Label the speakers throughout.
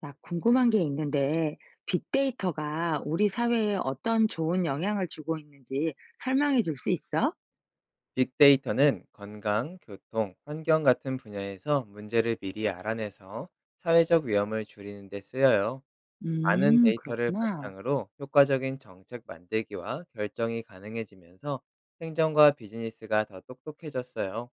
Speaker 1: 나 궁금한 게 있는데, 빅데이터가 우리 사회에 어떤 좋은 영향을 주고 있는지 설명해 줄 수 있어?
Speaker 2: 빅데이터는 건강, 교통, 환경 같은 분야에서 문제를 미리 알아내서 사회적 위험을 줄이는 데 쓰여요. 많은 데이터를
Speaker 1: 그렇구나.
Speaker 2: 바탕으로 효과적인 정책 만들기와 결정이 가능해지면서 행정과 비즈니스가 더 똑똑해졌어요.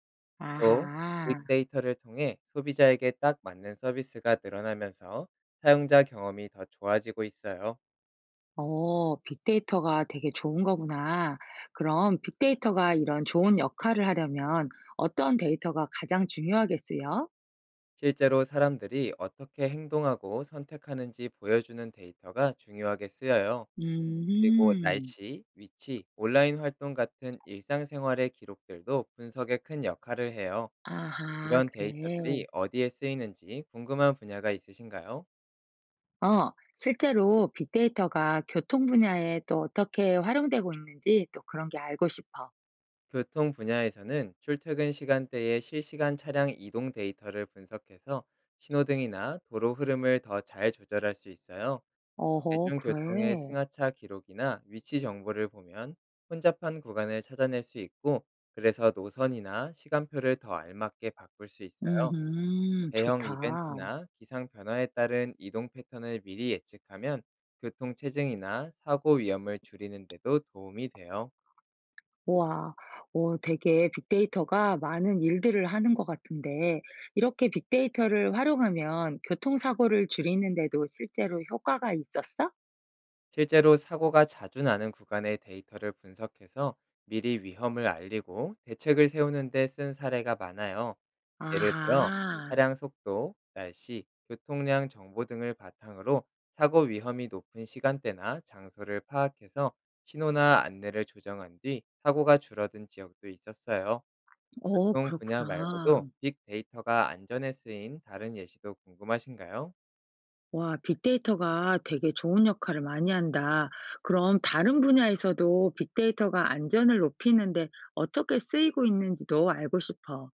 Speaker 2: 또
Speaker 1: 아하.
Speaker 2: 빅데이터를 통해 소비자에게 딱 맞는 서비스가 늘어나면서 사용자 경험이 더 좋아지고 있어요.
Speaker 1: 어, 빅데이터가 되게 좋은 거구나. 그럼 빅데이터가 이런 좋은 역할을 하려면 어떤 데이터가 가장 중요하겠어요?
Speaker 2: 실제로 사람들이 어떻게 행동하고 선택하는지 보여주는 데이터가 중요하게 쓰여요. 그리고
Speaker 1: 음,
Speaker 2: 날씨, 위치, 온라인 활동 같은 일상생활의 기록들도 분석에 큰 역할을 해요.
Speaker 1: 아하,
Speaker 2: 이런
Speaker 1: 그래.
Speaker 2: 데이터들이 어디에 쓰이는지 궁금한 분야가 있으신가요?
Speaker 1: 어, 실제로 빅데이터가 교통 분야에 또 어떻게 활용되고 있는지 또 그런 게 알고 싶어.
Speaker 2: 교통 분야에서는 출퇴근 시간대의 실시간 차량 이동 데이터를 분석해서 신호등이나 도로 흐름을 더 잘 조절할 수 있어요.
Speaker 1: 어허
Speaker 2: 대중교통의
Speaker 1: 그래.
Speaker 2: 승하차 기록이나 위치 정보를 보면 혼잡한 구간을 찾아낼 수 있고, 그래서 노선이나 시간표를 더 알맞게 바꿀 수 있어요. 대형
Speaker 1: 좋다.
Speaker 2: 이벤트나 기상 변화에 따른 이동 패턴을 미리 예측하면 교통 체증이나 사고 위험을 줄이는 데도 도움이 돼요.
Speaker 1: 우와. 어 되게 빅데이터가 많은 일들을 하는 것 같은데 이렇게 빅데이터를 활용하면 교통사고를 줄이는 데도 실제로 효과가 있었어?
Speaker 2: 실제로 사고가 자주 나는 구간의 데이터를 분석해서 미리 위험을 알리고 대책을 세우는 데 쓴 사례가 많아요. 예를 들어
Speaker 1: 아하.
Speaker 2: 차량 속도, 날씨, 교통량 정보 등을 바탕으로 사고 위험이 높은 시간대나 장소를 파악해서 신호나 안내를 조정한 뒤 사고가 줄어든 지역도 있었어요.
Speaker 1: 어
Speaker 2: 교통 분야
Speaker 1: 그렇구나.
Speaker 2: 말고도 빅데이터가 안전에 쓰인 다른 예시도 궁금하신가요?
Speaker 1: 와 빅데이터가 되게 좋은 역할을 많이 한다. 그럼 다른 분야에서도 빅데이터가 안전을 높이는 데 어떻게 쓰이고 있는지도 알고 싶어.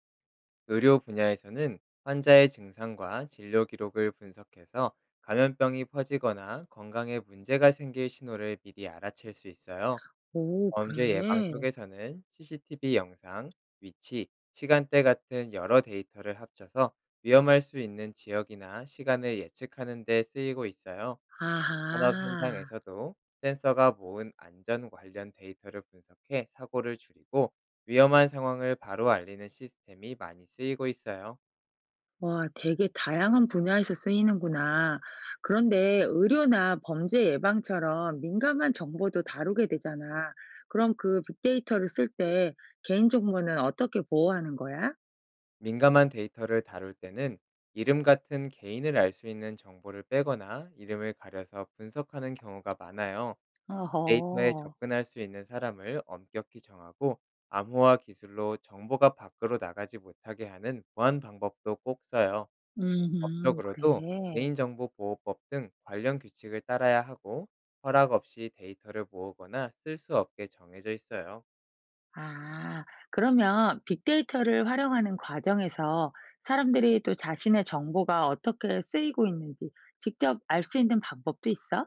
Speaker 2: 의료 분야에서는 환자의 증상과 진료 기록을 분석해서 감염병이 퍼지거나 건강에 문제가 생길 신호를 미리 알아챌 수 있어요.
Speaker 1: 오
Speaker 2: 범죄 예방
Speaker 1: 그래.
Speaker 2: 쪽에서는 CCTV 영상, 위치, 시간대 같은 여러 데이터를 합쳐서 위험할 수 있는 지역이나 시간을 예측하는 데 쓰이고 있어요. 산업
Speaker 1: 아하.
Speaker 2: 현장에서도 센서가 모은 안전 관련 데이터를 분석해 사고를 줄이고 위험한 상황을 바로 알리는 시스템이 많이 쓰이고 있어요.
Speaker 1: 와 되게 다양한 분야에서 쓰이는구나. 그런데 의료나 범죄 예방처럼 민감한 정보도 다루게 되잖아. 그럼 그 빅데이터를 쓸 때 개인 정보는 어떻게 보호하는 거야?
Speaker 2: 민감한 데이터를 다룰 때는 이름 같은 개인을 알 수 있는 정보를 빼거나 이름을 가려서 분석하는 경우가 많아요. 데이터에
Speaker 1: 어허.
Speaker 2: 접근할 수 있는 사람을 엄격히 정하고 암호화 기술로 정보가 밖으로 나가지 못하게 하는 보안 방법도 꼭 써요.
Speaker 1: 음음
Speaker 2: 법적으로도
Speaker 1: 그래.
Speaker 2: 개인정보보호법 등 관련 규칙을 따라야 하고 허락 없이 데이터를 모으거나 쓸 수 없게 정해져 있어요.
Speaker 1: 아 그러면 빅데이터를 활용하는 과정에서 사람들이 또 자신의 정보가 어떻게 쓰이고 있는지 직접 알 수 있는 방법도 있어?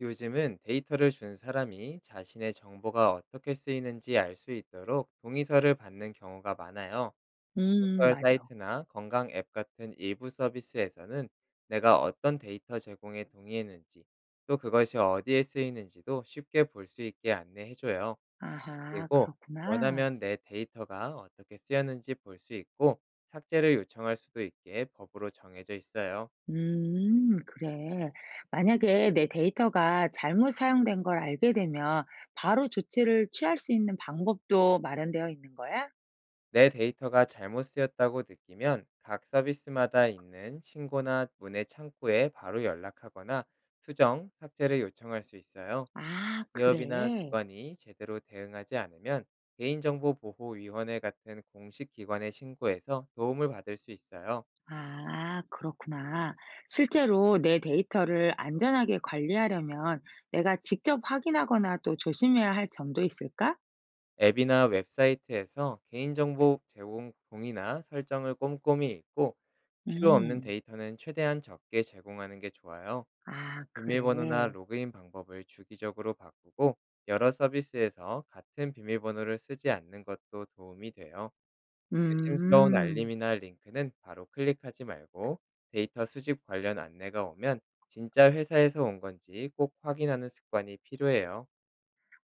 Speaker 2: 요즘은 데이터를 준 사람이 자신의 정보가 어떻게 쓰이는지 알 수 있도록 동의서를 받는 경우가 많아요. 소셜
Speaker 1: 맞아.
Speaker 2: 사이트나 건강 앱 같은 일부 서비스에서는 내가 어떤 데이터 제공에 동의했는지 또 그것이 어디에 쓰이는지도 쉽게 볼 수 있게 안내해줘요.
Speaker 1: 아하,
Speaker 2: 그리고
Speaker 1: 그렇구나.
Speaker 2: 원하면 내 데이터가 어떻게 쓰였는지 볼 수 있고 삭제를 요청할 수도 있게 법으로 정해져 있어요.
Speaker 1: 그래. 만약에 내 데이터가 잘못 사용된 걸 알게 되면 바로 조치를 취할 수 있는 방법도 마련되어 있는 거야?
Speaker 2: 내 데이터가 잘못 쓰였다고 느끼면 각 서비스마다 있는 신고나 문의 창구에 바로 연락하거나 수정, 삭제를 요청할 수 있어요.
Speaker 1: 아,
Speaker 2: 기업이나
Speaker 1: 그래.
Speaker 2: 기관이 제대로 대응하지 않으면 개인정보보호위원회 같은 공식 기관에 신고해서 도움을 받을 수 있어요.
Speaker 1: 아, 그렇구나. 실제로 내 데이터를 안전하게 관리하려면 내가 직접 확인하거나 또 조심해야 할 점도 있을까?
Speaker 2: 앱이나 웹사이트에서 개인정보 제공 동의나 설정을 꼼꼼히 읽고 필요 없는
Speaker 1: 음,
Speaker 2: 데이터는 최대한 적게 제공하는 게 좋아요.
Speaker 1: 아,
Speaker 2: 비밀번호나
Speaker 1: 그래.
Speaker 2: 로그인 방법을 주기적으로 바꾸고 여러 서비스에서 같은 비밀번호를 쓰지 않는 것도 도움이 돼요. 의심스러운
Speaker 1: 음.
Speaker 2: 알림이나 링크는 바로 클릭하지 말고 데이터 수집 관련 안내가 오면 진짜 회사에서 온 건지 꼭 확인하는 습관이 필요해요.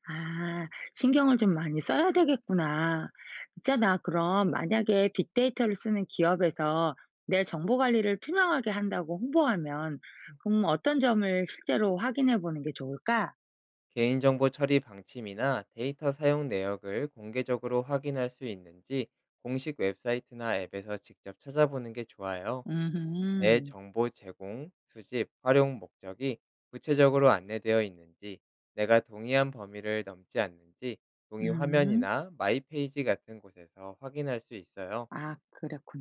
Speaker 1: 아. 신경을 좀 많이 써야 되겠구나. 있잖아. 그럼 만약에 빅데이터를 쓰는 기업에서 내 정보 관리를 투명하게 한다고 홍보하면 그럼 어떤 점을 실제로 확인해 보는 게 좋을까?
Speaker 2: 개인정보 처리 방침이나 데이터 사용 내역을 공개적으로 확인할 수 있는지 공식 웹사이트나 앱에서 직접 찾아보는 게 좋아요. 내
Speaker 1: 음음.
Speaker 2: 정보 제공, 수집, 활용 목적이 구체적으로 안내되어 있는지, 내가 동의한 범위를 넘지 않는지 동의
Speaker 1: 음.
Speaker 2: 화면이나 마이 페이지 같은 곳에서 확인할 수 있어요.
Speaker 1: 아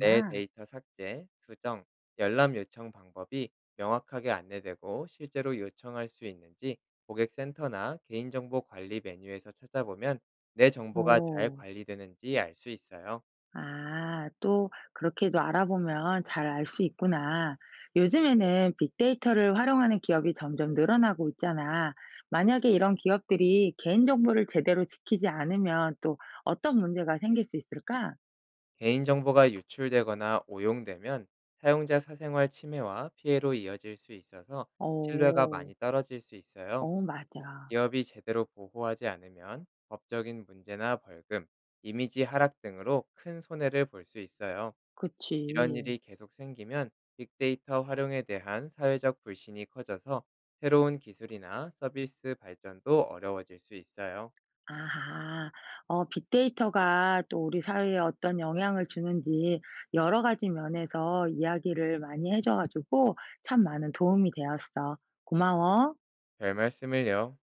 Speaker 2: 내 데이터 삭제, 수정, 열람 요청 방법이 명확하게 안내되고 실제로 요청할 수 있는지 고객센터나 개인정보 관리 메뉴에서 찾아보면 내 정보가 잘
Speaker 1: 오.
Speaker 2: 관리되는지 알 수 있어요.
Speaker 1: 아, 또 그렇게도 알아보면 잘 알 수 있구나. 요즘에는 빅데이터를 활용하는 기업이 점점 늘어나고 있잖아. 만약에 이런 기업들이 개인정보를 제대로 지키지 않으면 또 어떤 문제가 생길 수 있을까?
Speaker 2: 개인정보가 유출되거나 오용되면 사용자 사생활 침해와 피해로 이어질 수 있어서 신뢰가
Speaker 1: 어,
Speaker 2: 많이 떨어질 수 있어요.
Speaker 1: 어, 맞아.
Speaker 2: 기업이 제대로 보호하지 않으면 법적인 문제나 벌금, 이미지 하락 등으로 큰 손해를 볼 수 있어요. 이런
Speaker 1: 그치.
Speaker 2: 일이 계속 생기면 빅데이터 활용에 대한 사회적 불신이 커져서 새로운 기술이나 서비스 발전도 어려워질 수 있어요.
Speaker 1: 아하. 어, 빅데이터가 또 우리 사회에 어떤 영향을 주는지 여러 가지 면에서 이야기를 많이 해줘가지고 참 많은 도움이 되었어. 고마워.
Speaker 2: 별 말씀을요.